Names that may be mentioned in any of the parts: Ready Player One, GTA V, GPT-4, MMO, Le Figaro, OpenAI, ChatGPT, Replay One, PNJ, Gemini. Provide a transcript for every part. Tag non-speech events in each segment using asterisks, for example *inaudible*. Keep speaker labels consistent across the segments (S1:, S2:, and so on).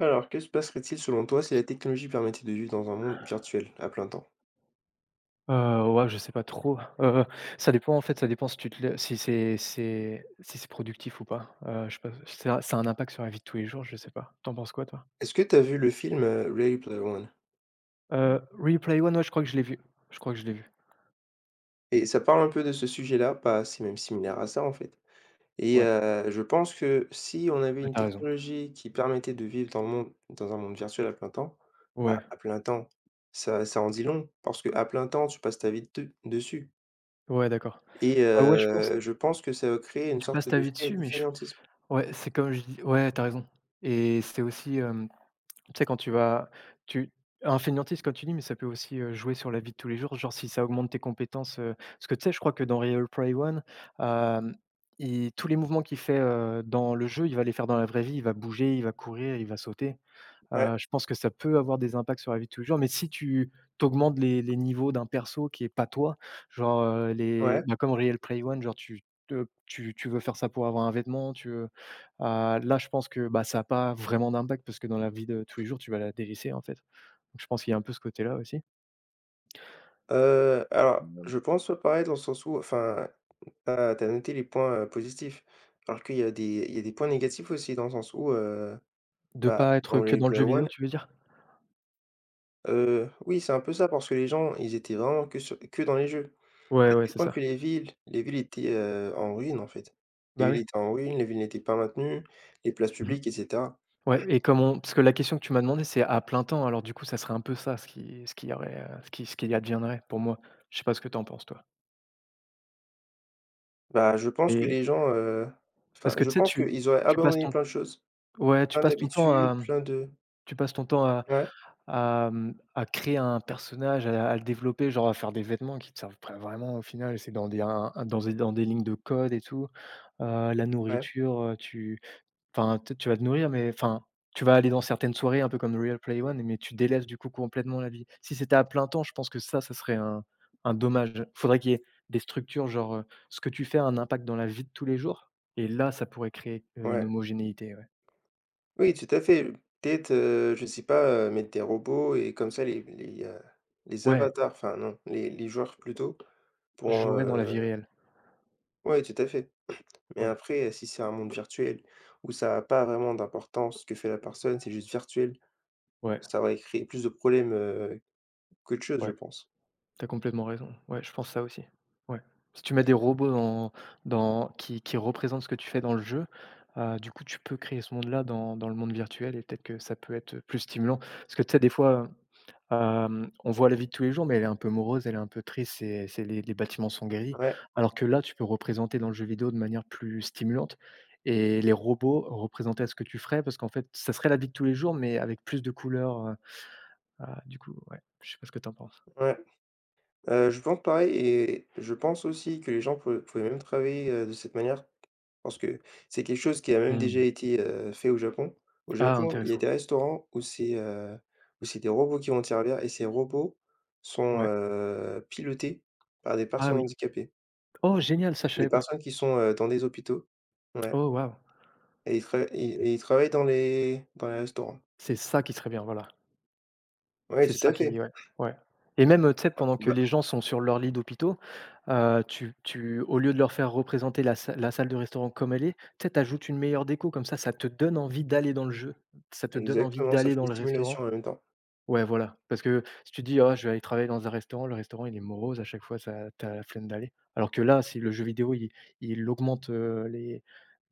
S1: Alors, que se passerait-il selon toi si la technologie permettait de vivre dans un monde virtuel à plein temps?
S2: Ouais, je sais pas trop, ça dépend en fait, ça dépend si tu te lè si c'est si c'est productif ou pas, je sais pas, ça a un impact sur la vie de tous les jours, je sais pas. T'en penses quoi toi?
S1: Est-ce que tu as vu le film Ready Player One?
S2: Replay One, ouais, je crois que je l'ai vu, je crois que je l'ai vu.
S1: Et ça parle un peu de ce sujet-là, pas c'est même similaire à ça en fait. Et
S2: Ouais,
S1: je pense que si on avait
S2: ouais,
S1: une
S2: tu raison.
S1: technologie qui permettait de vivre dans le monde, dans un monde virtuel à plein temps, bah
S2: Ouais,
S1: à plein temps, ça en dit long, parce que à plein temps, tu passes ta vie dessus.
S2: ouais, d'accord.
S1: Et
S2: Ah ouais, je pense,
S1: je pense que ça va créer une
S2: tu
S1: sorte
S2: passes ta
S1: de
S2: vie dessus mais je
S1: fainéantisme.
S2: ouais, c'est comme je dis ouais, t'as raison et c'est aussi, tu sais, quand tu vas tu un fainéantise comme tu dis, mais ça peut aussi, jouer sur la vie de tous les jours, genre si ça augmente tes compétences, parce que tu sais, je crois que dans Real Play One, hem, il tous les mouvements qu'il fait, dans le jeu, il va les faire dans la vraie vie, il va bouger, il va courir, il va sauter.
S1: Ouais,
S2: Je pense que ça peut avoir des impacts sur la vie de tous les jours, mais si tu augmentes les niveaux d'un perso qui est pas toi, genre, les
S1: ouais.
S2: bah, comme Real Play One, genre tu te tu tu veux faire ça pour avoir un vêtement, tu veux, là, je pense que, bah, ça a pas vraiment d'impact parce que dans la vie de tous les jours, tu vas la délaisser, en fait. Donc je pense qu'il y a un peu ce côté-là aussi.
S1: Alors,
S2: Mmh.
S1: je pense pas pareil dans le sens où, enfin, ah, tu as noté les points, positifs. Alors qu'il y a des points négatifs aussi dans le sens où,
S2: De
S1: bah,
S2: pas être
S1: dans
S2: que
S1: les
S2: dans le
S1: Player
S2: jeu
S1: One,
S2: vidéo, tu veux dire?
S1: oui, c'est un peu ça parce que les gens, ils étaient vraiment que sur que dans les jeux.
S2: Ouais,
S1: À
S2: ouais,
S1: tel
S2: c'est
S1: point que
S2: ça.
S1: les villes étaient, en ruine, en fait. Les
S2: Bah,
S1: villes
S2: oui.
S1: étaient en ruine, les villes n'étaient pas maintenues, les places
S2: Mmh.
S1: publiques et cetera.
S2: Ouais, et comment parce que la question que tu m'as demandé, c'est à plein temps, alors du coup, ça serait un peu ça ce qui y aurait, ce qui adviendrait pour moi. Je sais pas ce que tu en penses toi?
S1: Bah, je pense que
S2: Et
S1: les gens, enfin,
S2: Parce que
S1: je
S2: tu sais,
S1: pense
S2: tu
S1: qu'ils auraient
S2: tu passes
S1: abandonné
S2: ton
S1: plein de choses,
S2: ouais, tu
S1: plein
S2: passes ton temps
S1: d'habitudes,
S2: à,
S1: plein de
S2: tu passes ton temps à
S1: ouais,
S2: à, mmh, à créer un personnage, à le développer, genre à faire des vêtements qui te servent pas vraiment au final, c'est dans des un dans des lignes de code et tout. La
S1: ouais,
S2: nourriture, tu enfin, tu vas te nourrir, mais enfin, tu vas aller dans certaines soirées un peu comme Real Play One, mais tu délaisses du coup complètement la vie. Si c'était à plein temps, je pense que ça serait un dommage. Faudrait qu'il y ait des structures, genre, ce que tu fais a un impact dans la vie de tous les jours et là, ça pourrait créer, une
S1: ouais.
S2: homogénéité, ouais.
S1: Oui, tout à fait. Peut-être, je sais pas, mettre des robots et comme ça les les
S2: Ouais,
S1: avatars, enfin non, les joueurs plutôt. Pour,
S2: je jouerais dans la vie
S1: heu
S2: réelle.
S1: ouais, tout à fait. Mais
S2: Ouais,
S1: après, si c'est un monde virtuel où ça n'a pas vraiment d'importance ce que fait la personne, c'est juste virtuel,
S2: ouais,
S1: ça va créer plus de problèmes, qu'autre chose, je
S2: ouais.
S1: pense.
S2: T'as complètement raison. Ouais, je pense ça aussi. Ouais. Si tu mets des robots dans qui représentent ce que tu fais dans le jeu, du coup, tu peux créer ce monde-là dans le monde virtuel et peut-être que ça peut être, plus stimulant. Parce que tu sais, des fois, on voit la vie de tous les jours, mais elle est un peu morose, elle est un peu triste, et c'est les bâtiments sont gris.
S1: Ouais,
S2: Alors que là, tu peux représenter dans le jeu vidéo de manière plus stimulante et les robots représenter à ce que tu ferais parce qu'en fait, ça serait la vie de tous les jours, mais avec plus de couleurs, du coup, ouais. Je sais pas ce que tu en penses?
S1: ouais. Je pense pareil et je pense aussi que les gens pouvaient même travailler, de cette manière. Parce que c'est quelque chose qui a même déjà
S2: Mmh.
S1: été, fait au Japon. Au
S2: Ah,
S1: Japon, il y a
S2: intéressant.
S1: des restaurants où c'est des robots qui vont te servir et ces robots sont,
S2: Ouais.
S1: pilotés par des
S2: Ah,
S1: personnes
S2: oui.
S1: handicapées.
S2: Oh génial, ça je
S1: Des
S2: savais pas.
S1: personnes qui sont, dans des hôpitaux. Ouais,
S2: Oh waouh.
S1: et ils travaillent dans les restaurants.
S2: C'est ça qui serait bien, voilà.
S1: Oui,
S2: C'est
S1: tout à
S2: ça
S1: fait.
S2: qui ouais, ouais. Et même, tu sais, pendant que
S1: Bah,
S2: les gens sont sur leur lit d'hôpitaux, tu au lieu de leur faire représenter la salle de restaurant comme elle est, tu sais, tu une meilleure déco comme ça te donne envie d'aller dans le jeu. Ça te donne envie
S1: exactement, ça
S2: d'aller
S1: fait une
S2: dans le restaurant.
S1: simulation en même temps.
S2: Ouais, voilà, parce que si tu dis: «Ah, je vais aller travailler dans un restaurant», le restaurant, il est morose, à chaque fois, ça t'as la flemme d'aller. Alors que là, si le jeu vidéo, il augmente, les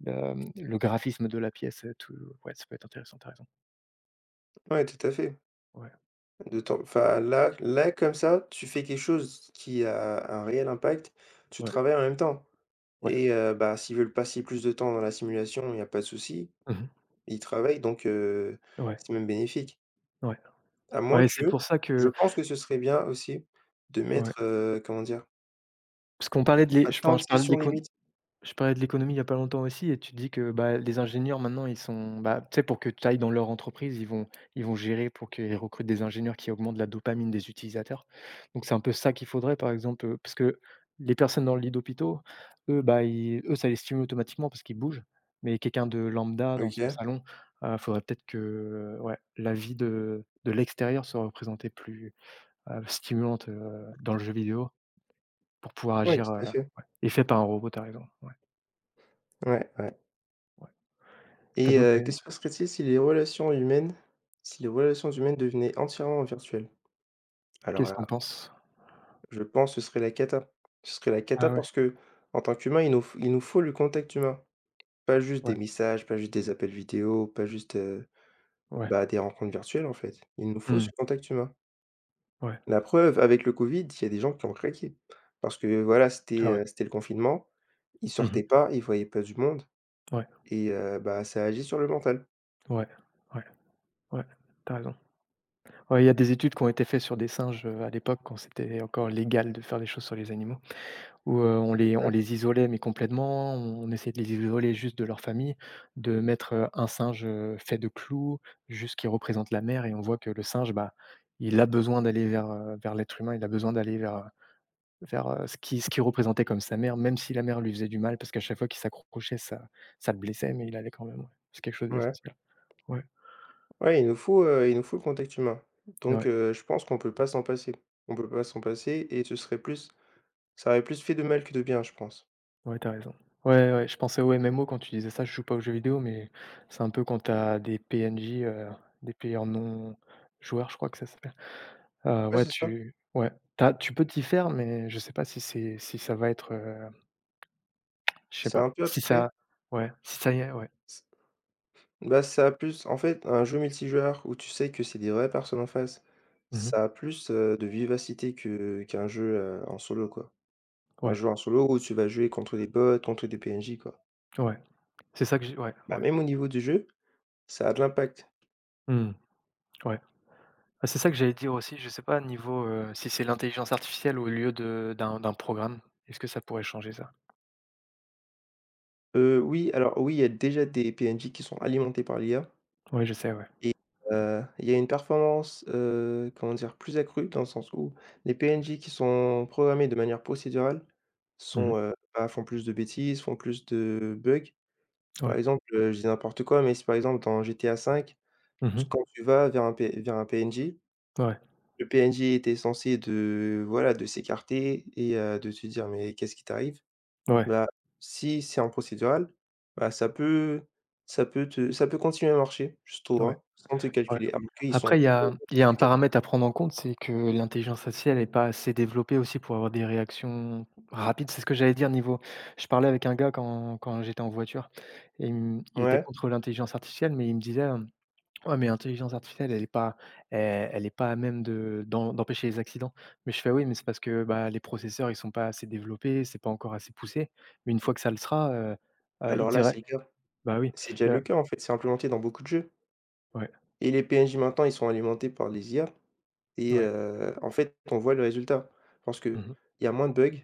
S2: hem, le graphisme de la pièce, tout ouais, ça peut être intéressant, tu as raison.
S1: Oui, tout à fait.
S2: Ouais,
S1: De temps enfin là là comme ça, tu fais quelque chose qui a un réel impact, tu
S2: ouais,
S1: travailles en même temps
S2: ouais.
S1: et bah, s'ils veulent passer plus de temps dans la simulation, il y a pas de souci,
S2: Mmh.
S1: ils travaillent donc
S2: Ouais,
S1: c'est même bénéfique.
S2: ouais,
S1: À moins
S2: ouais, c'est
S1: que
S2: pour ça
S1: je
S2: que
S1: pense que ce serait bien aussi de
S2: ouais,
S1: mettre, comment dire?
S2: parce qu'on parlait de l'é
S1: À
S2: je
S1: temps
S2: pen
S1: de
S2: je parlais de
S1: session
S2: l'éco
S1: limite.
S2: je parlais de l'économie il y a pas longtemps aussi et tu dis que, bah, les ingénieurs maintenant ils sont, bah, tu sais pour que tu ailles dans leur entreprise, ils vont gérer pour qu'ils recrutent des ingénieurs qui augmentent la dopamine des utilisateurs. Donc c'est un peu ça qu'il faudrait par exemple, parce que les personnes dans le lit d'hôpitaux, eux, bah, ils eux, ça les stimule automatiquement parce qu'ils bougent, mais quelqu'un de lambda dans son
S1: OK.
S2: salon, faudrait peut-être que, ouais, la vie de l'extérieur soit représentée plus, stimulante, dans le jeu vidéo pour pouvoir
S1: Ouais, tout
S2: agir,
S1: à fait.
S2: ouais et fait par un robot, par exemple.
S1: Ouais, ouais,
S2: Ouais. Tu
S1: et
S2: d'autres.
S1: qu'est-ce qui se passerait-il si les relations humaines devenaient entièrement virtuelles? Alors
S2: Qu'est-ce que t'en
S1: là,
S2: penses?
S1: je pense ce serait la cata. Ce serait la cata
S2: Ah ouais,
S1: parce que en tant qu'humain, il nous faut le contact humain. Pas juste
S2: ouais,
S1: des messages, pas juste des appels vidéo, pas juste,
S2: ouais,
S1: bah, des rencontres virtuelles, en fait. Il nous faut ce
S2: mmh,
S1: contact humain.
S2: ouais,
S1: La preuve, avec le covid, il y a des gens qui ont craqué parce que, voilà,
S2: ah ouais,
S1: c'était le confinement, ils
S2: mmh
S1: sortaient
S2: mh,
S1: pas, ils voyaient pas du monde
S2: ouais,
S1: et bah, ça agit sur le mental.
S2: ouais, ouais, ouais, tu as raison. Ouais, il y a des études qui ont été faites sur des singes, à l'époque quand c'était encore légal de faire des choses sur les animaux, où, on
S1: Ouais,
S2: les isolait mais complètement, on essayait de les isoler juste de leur famille, de mettre, un singe, fait de clous, juste qui représente la mère et on voit que le singe, bah, il a besoin d'aller vers, vers l'être humain, il a besoin d'aller vers, ce qu'il représentait comme sa mère, même si la mère lui faisait du mal, parce qu'à chaque fois qu'il s'accrochait, ça le blessait, mais il allait quand même, ouais. C'est quelque chose
S1: ouais.
S2: d'essentiel. Ouais,
S1: Ouais, il nous faut le contact humain donc
S2: ouais,
S1: je pense qu'on peut pas s'en passer. On peut pas s'en passer et ce serait plus ça aurait plus fait de mal que de bien, je pense.
S2: ouais, t'as raison. Ouais, ouais, je pensais aux MMO quand tu disais ça, je joue pas aux jeux vidéo, mais c'est un peu quand tu as des PNJ, des players non joueurs, je crois que ça s'appelle.
S1: Ouais,
S2: Ouais,
S1: c'est ça.
S2: tu ouais, t'as tu peux t'y faire, mais je sais pas si ça va être, je sais
S1: C'est un
S2: pas,
S1: peu
S2: si
S1: abstrait.
S2: ça ouais, si ça y est, ouais.
S1: C bah, ça a plus en fait, un jeu multijoueur où tu sais que c'est des vraies personnes en face,
S2: Mmh.
S1: ça a plus, de vivacité que qu'un jeu, en solo, quoi. Un
S2: Ouais,
S1: jeu en solo où tu vas jouer contre des bots, contre des PNJ, quoi.
S2: ouais. C'est ça que j'ai ouais,
S1: Bah,
S2: ouais.
S1: même au niveau du jeu, ça a de l'impact.
S2: Mmh, ouais. Ah, c'est ça que j'allais dire aussi, je sais pas niveau, si c'est l'intelligence artificielle au lieu de d'un programme, est-ce que ça pourrait changer ça?
S1: Oui, alors oui, il y a déjà des PNJ qui sont alimentés par l'IA.
S2: Oui, je sais, ouais.
S1: Et il y a une performance, comment dire? Plus accrue dans le sens où les PNJ qui sont programmés de manière procédurale
S2: Mmh
S1: sont,
S2: mh.
S1: bah, font plus de bêtises, font plus de bugs. Par
S2: Ouais.
S1: exemple, je dis n'importe quoi, mais si par exemple dans GTA V,
S2: Mmh.
S1: tu quand tu vas vers un P vers un PNJ,
S2: Ouais.
S1: le PNJ était censé de voilà, de s'écarter et de te dire: «Mais qu'est-ce qui t'arrive?»
S2: Ouais.
S1: Bah, si c'est en procédural, bah, ça peut continuer à marcher, juste au
S2: Ouais.
S1: droit, sans te
S2: Ouais.
S1: calculer. Alors qu'ils
S2: Après
S1: sont
S2: il y a un
S1: *unintelligible*
S2: paramètre à prendre en compte, c'est que l'intelligence artificielle n'est pas assez développée aussi pour avoir des réactions rapides. C'est ce que j'allais dire niveau je parlais avec un gars quand j'étais en voiture et il était
S1: ouais,
S2: contre l'intelligence artificielle, mais il me disait, ouais, mais l'intelligence artificielle, elle est pas à même de d'en d'empêcher les accidents. Mais je fais: «Oui, mais c'est parce que, bah, les processeurs, ils sont pas assez développés, c'est pas encore assez poussé». Mais une fois que ça le sera, ils
S1: alors là,
S2: diraient
S1: c'est le cas.
S2: bah, oui,
S1: C'est déjà
S2: heu,
S1: le cas, en fait, c'est implémenté dans beaucoup de jeux
S2: ouais,
S1: et les PNJ maintenant, ils sont alimentés par les IA et
S2: ouais,
S1: en fait, on voit le résultat. Parce pense qu'il
S2: mmh
S1: y a moins de bugs,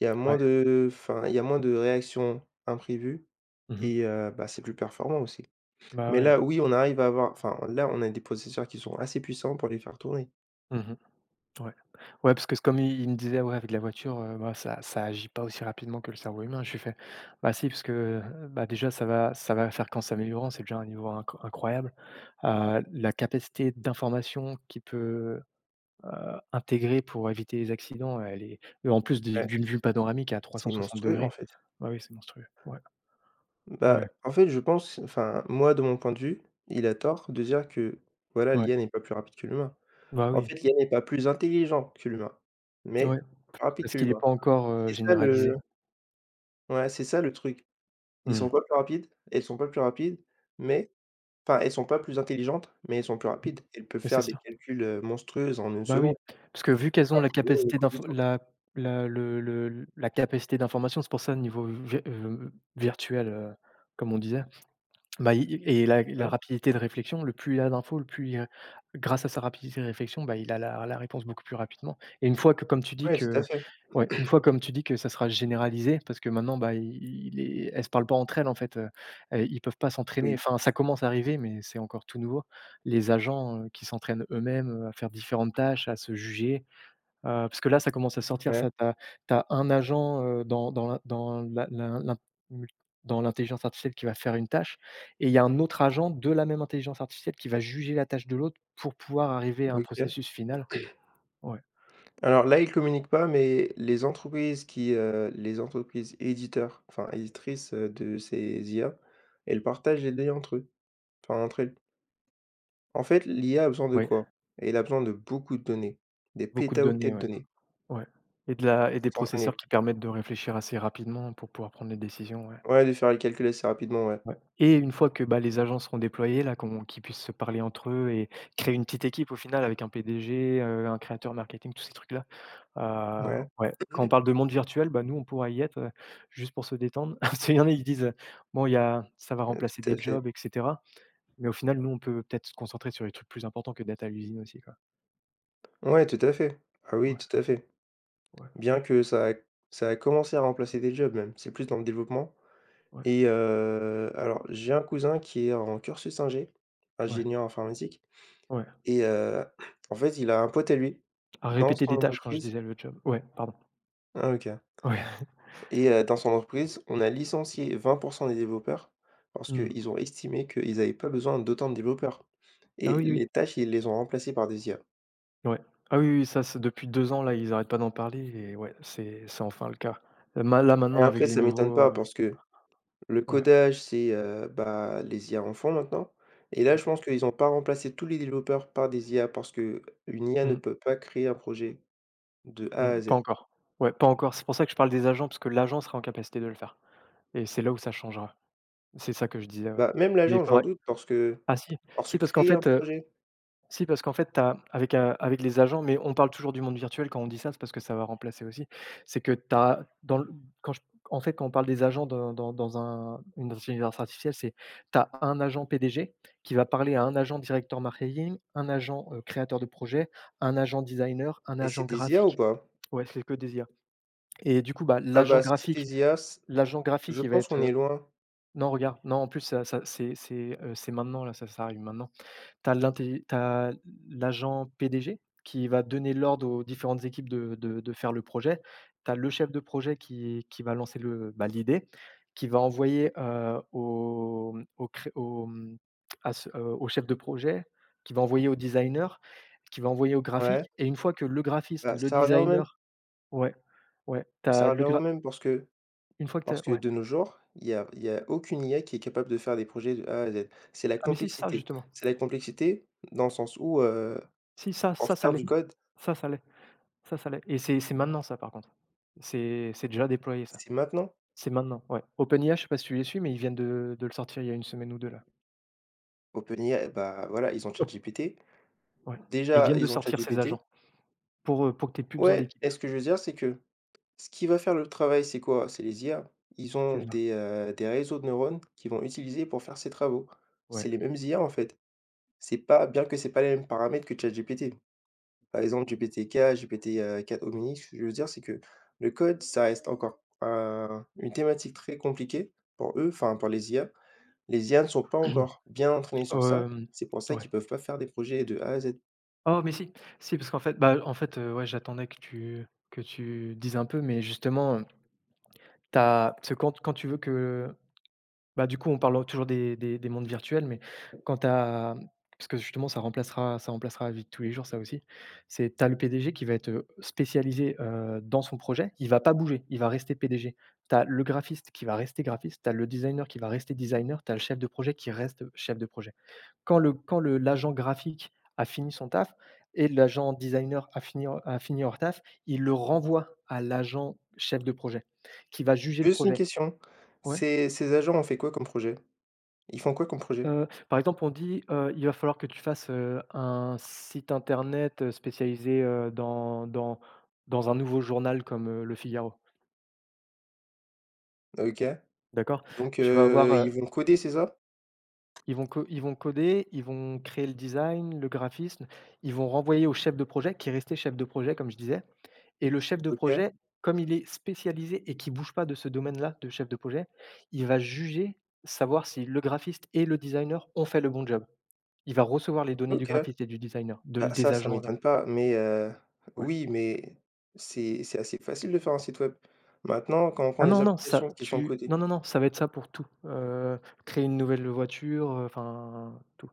S1: il y a moins
S2: ouais,
S1: de enfin, il y a moins de réactions imprévues
S2: mmh
S1: et bah, c'est plus performant aussi.
S2: bah,
S1: Mais
S2: ouais,
S1: là, oui, on arrive à avoir enfin, là, on a des processeurs qui sont assez puissants pour les faire tourner.
S2: mmh ouais. Ouais, parce que c'est comme il me disait: «Ouais, avec la voiture, bah, ça agit pas aussi rapidement que le cerveau humain». Je lui fais: «Bah, si, parce que, bah, déjà, ça va faire qu'en s'améliorant, c'est déjà un niveau incroyable». La capacité d'information qui peut intégrée pour éviter les accidents, elle est et en plus d'une
S1: Ouais.
S2: d'une vue panoramique à trois cent
S1: C'est
S2: soixante
S1: monstrueux, en
S2: degrés.
S1: fait.
S2: Bah, oui, c'est monstrueux. Ouais,
S1: Bah,
S2: ouais,
S1: en fait, je pense enfin, moi, de mon point de vue, il a tort de dire que, voilà,
S2: ouais,
S1: l'IA n'est pas plus rapide que l'humain.
S2: bah,
S1: En
S2: oui,
S1: fait, l'IA n'est pas plus intelligent que l'humain,
S2: ouais,
S1: mais plus rapide
S2: parce
S1: que
S2: qu'il est
S1: l'humain.
S2: pas encore,
S1: C'est ça le
S2: généralisé.
S1: Ouais, c'est ça le truc. Ils
S2: Mmh.
S1: sont pas plus rapides, elles sont pas plus rapides, mais enfin, elles sont pas plus intelligentes, mais elles sont plus rapides. Elles peuvent
S2: Mais c'est
S1: faire des
S2: ça.
S1: calculs, monstrueux en une
S2: Bah, oui,
S1: seconde.
S2: parce que vu qu'elles ont
S1: Alors
S2: la
S1: que nous, il nous
S2: capacité
S1: faut du
S2: d'info
S1: temps.
S2: la la le la capacité d'information, c'est pour ça niveau vi virtuel, comme on disait. Bah, i et la
S1: Ouais,
S2: rapidité de réflexion, le plus il a d'infos, le plus il, grâce à sa rapidité de réflexion, bah, il a la réponse beaucoup plus rapidement et une fois que comme tu dis
S1: ouais, tout à
S2: que
S1: fait.
S2: ouais, une fois comme tu dis que ça sera généralisé parce que maintenant, bah, il i les elles se parlent pas entre elles en fait, elles ils peuvent pas s'entraîner.
S1: Oui,
S2: Enfin, ça commence à arriver, mais c'est encore tout nouveau. Les agents, qui s'entraînent eux-mêmes, à faire différentes tâches, à se juger. Parce que là, ça commence à sortir
S1: ouais,
S2: ça. Tu as un agent, dans dans l'in dans la l'in l'in mul dans l'intelligence artificielle qui va faire une tâche et il y a un autre agent de la même intelligence artificielle qui va juger la tâche de l'autre pour pouvoir arriver à un
S1: OK.
S2: processus final. Ouais,
S1: Alors là, ils communiquent pas, mais les entreprises éditeurs, enfin éditrices, de ces IA, elles partagent les données entre eux, enfin entre elles. En fait, l'IA a besoin de
S2: ouais,
S1: quoi? Elle a besoin de beaucoup de données, des
S2: beaucoup de
S1: pétaoctets
S2: données,
S1: de
S2: ouais,
S1: données
S2: ouais, et de la et
S1: pour
S2: des processeurs
S1: s'entraîner.
S2: qui permettent de réfléchir assez rapidement pour pouvoir prendre les décisions, ouais,
S1: Ouais, de faire les calculs assez rapidement, ouais.
S2: ouais, et une fois que, bah, les agents seront déployés là, qu'ils puissent se parler entre eux et créer une petite équipe au final avec un PDG, un créateur marketing, tous ces trucs-là. Heu,
S1: Ouais,
S2: ouais, quand on parle de monde virtuel, bah, nous, on pourra y être, juste pour se détendre. *laughs* Parce qu'il y en a, ils disent, «Bon, il y a ça va remplacer
S1: tout
S2: des
S1: à fait.
S2: jobs et cetera», mais au final, nous, on peut peut-être se concentrer sur les trucs plus importants que d'être à l'usine aussi, quoi.
S1: Ouais, tout à fait. Ah oui,
S2: Ouais,
S1: tout à fait.
S2: ouais,
S1: Bien que ça a commencé à remplacer des jobs même, c'est plus dans le développement
S2: ouais,
S1: et alors j'ai un cousin qui est en cursus
S2: ouais,
S1: ingénieur informatique.
S2: ouais.
S1: Et en fait, il a un pote à lui,
S2: À
S1: dans
S2: répéter
S1: son
S2: des tâches quand je
S1: entreprise,
S2: disais le job. Ouais, pardon.
S1: ah, OK,
S2: Ouais.
S1: et dans son entreprise, on a licencié 20% des développeurs parce
S2: Mmh.
S1: qu'ils ont estimé qu'ils avaient pas besoin d'autant de développeurs
S2: Ah
S1: et
S2: oui, oui.
S1: les tâches, ils les ont remplacées par des IA.
S2: Ouais. Ah oui, oui, ça, c'est depuis 2 ans, là, ils n'arrêtent pas d'en parler, et ouais, c'est enfin le cas. Là, ma là,
S1: Et
S2: maintenant, avec
S1: après,
S2: les
S1: ça m'étonne
S2: nouveaux,
S1: pas parce que le
S2: ouais,
S1: codage, c'est, bah, les IA en font maintenant et là, je
S2: ouais.
S1: pense qu'ils ont pas remplacé tous les développeurs par des IA parce que qu'une IA ne
S2: Mmh.
S1: peut pas créer un projet de A à
S2: Mmh, pas
S1: Z.
S2: encore. Ouais, pas encore. C'est pour ça que je parle des agents, parce que l'agent sera en capacité de le faire et c'est là où ça changera. C'est ça que je disais, ouais.
S1: Bah, même
S2: Mais il
S1: l'agent, j'en
S2: faudrait.
S1: doute parce que
S2: Ah si,
S1: alors se
S2: si parce qu'en
S1: créer un
S2: fait,
S1: projet
S2: si parce qu'en fait t'as avec, avec les agents, mais on parle toujours du monde virtuel quand on dit ça, c'est parce que ça va remplacer aussi. C'est que t'as dans le quand je En fait, quand on parle des agents dans dans dans un une intelligence artificielle, c'est, t'as un agent PDG qui va parler à un agent directeur marketing, un agent, créateur de projet, un agent designer, un
S1: et c'est
S2: agent
S1: des IA ou
S2: graphique.
S1: pas?
S2: Ouais, c'est que des, et du coup, bah,
S1: Ah bah, si c'est des IA, c
S2: l'agent
S1: je
S2: graphique, il va
S1: pense
S2: être,
S1: qu'on est loin.
S2: non, regarde, non, en plus ça, c'est maintenant là, ça arrive maintenant. Tu as l'agent PDG qui va donner l'ordre aux différentes équipes de faire le projet. Tu as le chef de projet qui va lancer l'idée, qui va envoyer, au, mmh, au cré au, mmh, au chef de projet, qui va envoyer au designer, qui va envoyer au
S1: Ouais,
S2: graphique, et une fois que le graphiste,
S1: bah,
S2: le designer, ouais, ouais, tu
S1: ça
S2: as
S1: revient
S2: le
S1: au
S2: gra
S1: même parce que
S2: une fois que
S1: parce
S2: tu
S1: que
S2: ouais.
S1: de nos jours, il y a aucune IA qui est capable de faire des projets de A à Z. C'est la
S2: Ah mais si, ça
S1: complexité.
S2: justement.
S1: C'est la complexité dans le sens où,
S2: Si, ça
S1: pour
S2: ça ça
S1: faire du
S2: l'est.
S1: code,
S2: Ça l'est. Ça l'est et c'est maintenant ça par contre. C'est déjà déployé ça.
S1: c'est maintenant.
S2: C'est maintenant, ouais. OpenAI, je sais pas si tu les suis, mais ils viennent de le sortir il y a une semaine ou deux là.
S1: OpenAI, bah, voilà, ils ont ChatGPT.
S2: Ouais. Ils
S1: Déjà,
S2: viennent de
S1: ils ont
S2: sortir ces
S1: ChatGPT.
S2: agents pour que tu aies plus besoin
S1: Ouais,
S2: d'équipe.
S1: et ce que je veux dire, c'est que ce qui va faire le travail, c'est quoi? C'est les IA. Ils ont
S2: C'est ça,
S1: des réseaux de neurones qu'ils vont utiliser pour faire ces travaux.
S2: ouais.
S1: C'est les mêmes IA, en fait. C'est pas bien que c'est pas les mêmes paramètres que ChatGPT. Par exemple, GPT-4, GPT, 4 Gemini, ce que je veux dire, c'est que le code, ça reste encore un une thématique très compliquée pour eux, enfin, pour les IA. Les IA ne sont pas encore bien entraînées
S2: *clears throat*
S1: sur ça.
S2: Hem,
S1: C'est pour ça
S2: ouais.
S1: qu'ils peuvent pas faire des projets de A à Z.
S2: Oh mais si, si parce qu'en fait, bah, en fait, ouais, j'attendais que tu dises un peu, mais justement, t'as as parce que quand quand tu veux que. Bah, du coup, on parle toujours des mondes virtuels, mais quand tu as, parce que justement, ça remplacera la vie de tous les jours, ça aussi. C'est, tu as le PDG qui va être, spécialisé, dans son projet, il va pas bouger, il va rester PDG. Tu as le graphiste qui va rester graphiste, tu as le designer qui va rester designer, tu as le chef de projet qui reste chef de projet. Quand le l'agent graphique a fini son taf et l'agent designer a fini leur taf, il le renvoie à l'agent chef de projet qui va juger le
S1: Juste une
S2: projet.
S1: question,
S2: Ouais.
S1: ces agents ont fait quoi comme projet? Ils font quoi comme projet?
S2: Par exemple, on dit, «Il va falloir que tu fasses, un site internet, spécialisé, dans un nouveau journal comme, Le Figaro»,
S1: OK.
S2: d'accord?
S1: Donc
S2: Tu vas avoir,
S1: ils vont coder, c'est ça?
S2: ils vont coder, ils vont créer le design, le graphisme, ils vont renvoyer au chef de projet qui est resté chef de projet comme je disais, et le chef de
S1: OK,
S2: projet, comme il est spécialisé et qui ne bouge pas de ce domaine-là de chef de projet, il va juger, savoir si le graphiste et le designer ont fait le bon job. Il va recevoir les données du
S1: OK.
S2: graphiste et du designer, de
S1: Bah,
S2: l des
S1: ça
S2: agents.
S1: m'étonne pas, mais
S2: Ouais.
S1: oui, mais c'est assez facile de faire un site web. Maintenant, quand on prend
S2: Ah
S1: les
S2: non, non, ça,
S1: applications qui sont
S2: tu
S1: codées
S2: non, non, non, ça va être ça pour tout, créer une nouvelle voiture, enfin, tout.